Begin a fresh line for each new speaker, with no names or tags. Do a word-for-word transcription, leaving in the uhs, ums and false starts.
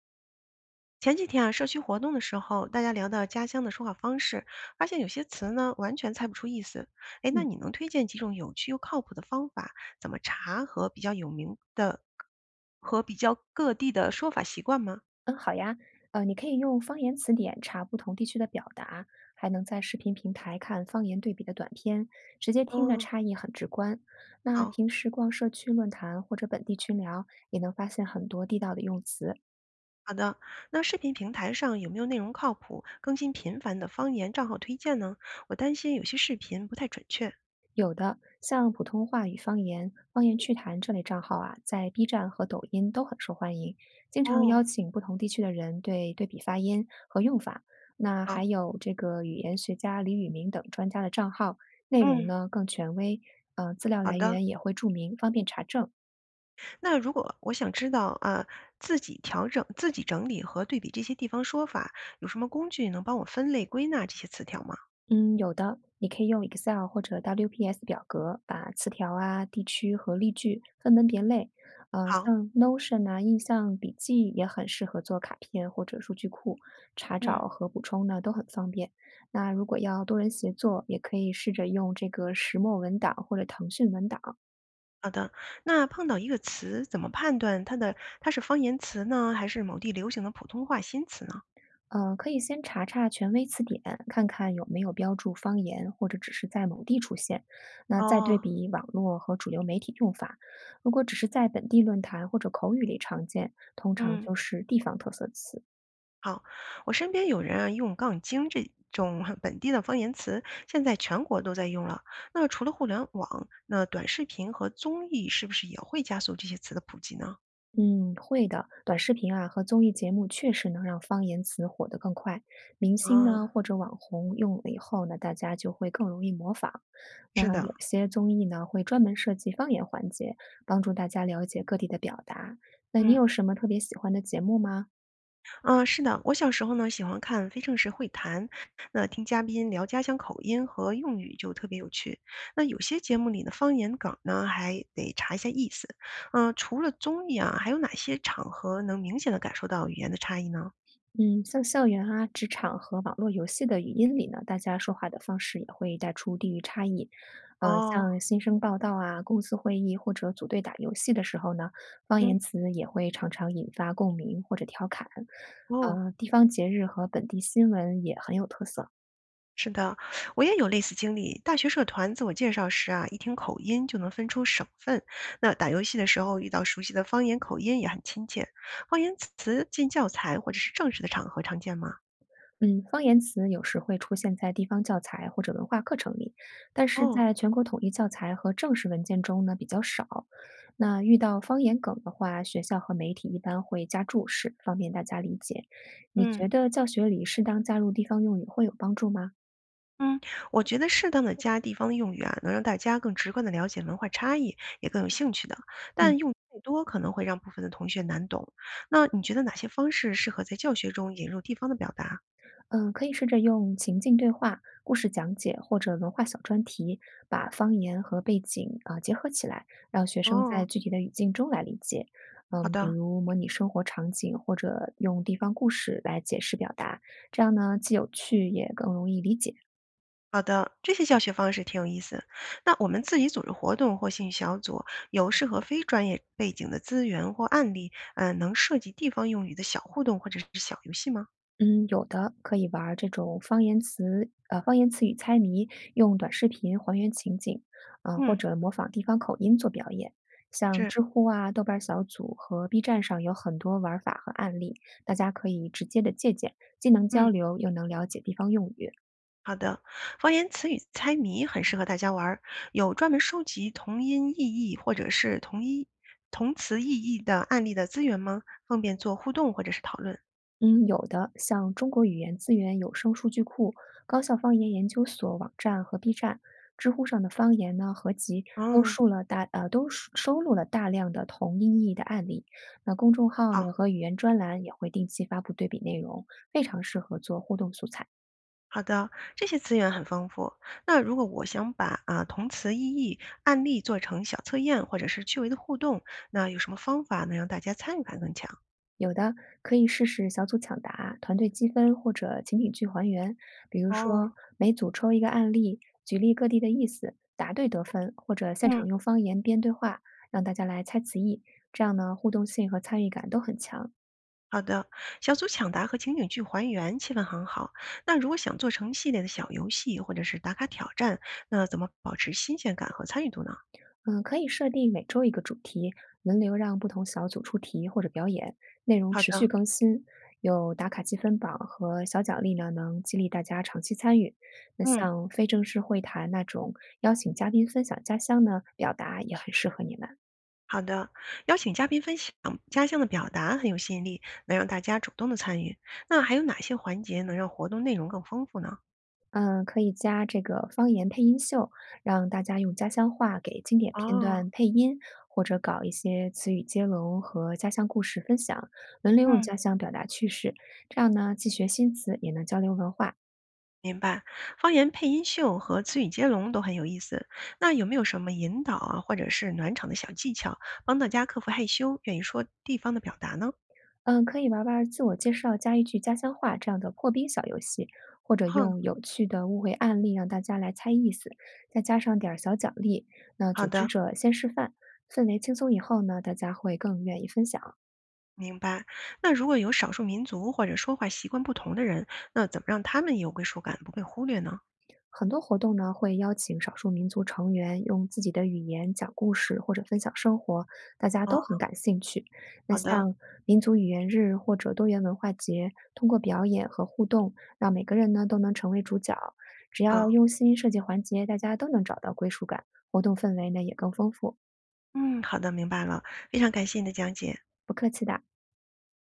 前几天啊，社区活动的时候，大家聊到家乡的说话方式，发现有些词呢完全猜不出意思。哎，那
嗯，
你能推荐几种有趣又靠谱的方法，怎么查和比较有名的和比较各地的说法习惯吗？
嗯，好呀，呃，你可以用方言词典查不同地区的表达，还能在视频平台看方言对比的短片，直接听的
哦，
差异很直观。那
好
平时逛社区论坛或者本地群聊，也能发现很多地道的用词。
好的。那视频平台上有没有内容靠谱、更新频繁的方言账号推荐呢？我担心有些视频不太准确。
有的，像普通话与方言、方言趣谈这类账号啊，在 B 站和抖音都很受欢迎，经常
哦，
邀请不同地区的人对对比发音和用法。那
好，
还有这个语言学家李宇明等专家的账号，内容
嗯，
呢更权威，呃，资料
好
来
的。
源也会注明，方便查证。
那如果我想知道啊，自己调整、自己整理和对比这些地方说法，有什么工具能帮我分类归纳这些词条吗？
嗯，有的，你可以用 Excel 或者 W P S 表格把词条啊、地区和例句分门别类。呃，
好，
像 Notion 啊、印象笔记也很适合做卡片或者数据库，查
嗯，
找和补充呢都很方便。那如果要多人协作，也可以试着用这个石墨文档或者腾讯文档，
好的。那碰到一个词，怎么判断它的它是方言词呢，还是某地流行的普通话新词呢？
呃，可以先查查权威词典，看看有没有标注方言或者只是在某地出现。那再对
哦，
比网络和主流媒体用法，如果只是在本地论坛或者口语里常见，通常
嗯，
就是地方特色词。
好。我身边有人啊用“杠精”这种本地的方言词，现在全国都在用了。那除了互联网，那短视频和综艺是不是也会加速这些词的普及呢？
嗯，会的。短视频啊和综艺节目确实能让方言词火得更快。明星呢
啊、
或者网红用了以后呢，大家就会更容易模仿。
是
那
的。
有些综艺呢会专门设计方言环节，帮助大家了解各地的表达。那你
嗯
有什么特别喜欢的节目吗？
嗯，呃，是的，我小时候呢喜欢看《非正式会谈》，那听嘉宾聊家乡口音和用语就特别有趣。那有些节目里的方言梗呢，还得查一下意思。嗯、除了综艺啊，还有哪些场合能明显的感受到语言的差异呢？
嗯，像校园啊、职场和网络游戏的语音里呢，大家说话的方式也会带出地域差异。嗯、
哦，
像新生报道啊、公司会议或者组队打游戏的时候呢，方
嗯，
言词也会常常引发共鸣或者调侃。
哦。
呃，地方节日和本地新闻也很有特色。
是的，我也有类似经历。大学社团自我介绍时啊，一听口音就能分出省份。那打游戏的时候遇到熟悉的方言口音也很亲切。方言词进教材或者是正式的场合常见吗？
嗯，方言词有时会出现在地方教材或者文化课程里，但是
哦，
在全国统一教材和正式文件中呢比较少。那遇到方言梗的话，学校和媒体一般会加注释，方便大家理解。你
嗯
觉得教学里适当加入地方用语会有帮助吗？
嗯，我觉得适当的加地方的用语啊，能让大家更直观的了解文化差异，也更有兴趣的。但
嗯。
用太多可能会让部分的同学难懂。那你觉得哪些方式适合在教学中引入地方的表达？
嗯，可以试着用情境对话、故事讲解或者文化小专题，把方言和背景啊、结合起来，让学生
哦，
在具体的语境中来理解。
好
嗯，比
的
如模拟生活场景，或者用地方故事来解释表达，这样呢既有趣也更容易理解。
好的，这些教学方式挺有意思。那我们自己组织活动或兴趣小组，有适合非专业背景的资源或案例，嗯、能涉及地方用语的小互动或者是小游戏吗？
嗯，有的可以玩儿这种方言词，呃，方言词语猜谜，用短视频还原情景，啊、或
嗯，
者模仿地方口音做表演。像
是，
知乎啊、豆瓣儿小组和 B 站上有很多玩法和案例，大家可以直接的借鉴，既能
嗯。
交流又能了解地方用语。
好的，方言词语猜谜很适合大家玩儿，有专门收集同音异义或者是同一同词异义的案例的资源吗？方便做互动或者是讨论。
嗯，有的，像中国语言资源有声数据库、高校方言研究所网站和 B 站、知乎上的方言呢合集，都
嗯，
数了大呃都收收录了大量的同音异义的案例。那公众号
好
呢和语言专栏也会定期发布对比内容，非常适合做互动素材。
好的，这些资源很丰富。那如果我想把啊同词异义案例做成小测验或者是趣味的互动，那有什么方法能让大家参与感更强？
有的可以试试小组抢答、团队积分或者情景剧还原，比如说
哦，
每组抽一个案例，举例各地的意思，答对得分，或者现场
嗯。
用方言编对话，让大家来猜词义，这样呢互动性和参与感都很强。
好的，小组抢答和情景剧还原气氛很好。那如果想做成系列的小游戏或者是打卡挑战，那怎么保持新鲜感和参与度呢？
嗯，可以设定每周一个主题，轮流让不同小组出题或者表演，内容
好
持
的，
续更新。有打卡积分榜和小奖励呢，能激励大家长期参与。那
嗯，
像非正式会谈那种邀请嘉宾分享家乡呢，表达也很适合你们。
好的，邀请嘉宾分享家乡的表达很有吸引力，能让大家主动的参与。那还有哪些环节能让活动内容更丰富呢？
嗯，可以加这个方言配音秀，让大家用家乡话给经典片
哦，
段配音，或者搞一些词语接龙和家乡故事分享，轮流用
嗯，
家乡表达趣事。这样呢，既学新词，也能交流文化。
明白。方言配音秀和词语接龙都很有意思。那有没有什么引导啊，或者是暖场的小技巧，帮大家克服害羞，愿意说地方的表达呢？
嗯，可以玩玩自我介绍加一句家乡话这样的破冰小游戏，或者
哼，
用有趣的误会案例让大家来猜意思，再加上点儿小奖励。那
好
组织
的，
者先示范，氛围轻松以后呢，大家会更愿意分享。
明白。那如果有少数民族或者说话习惯不同的人，那怎么让他们有归属感，不被忽略呢？
很多活动呢会邀请少数民族成员用自己的语言讲故事或者分享生活，大家
哦，
都很感兴趣。那
好的，
像民族语言日或者多元文化节，通过表演和互动，让每个人呢都能成为主角。只要
好，
用心设计环节，大家都能找到归属感，活动氛围呢也更丰富。
嗯，好的，明白了，非常感谢你的讲解。
不客气的。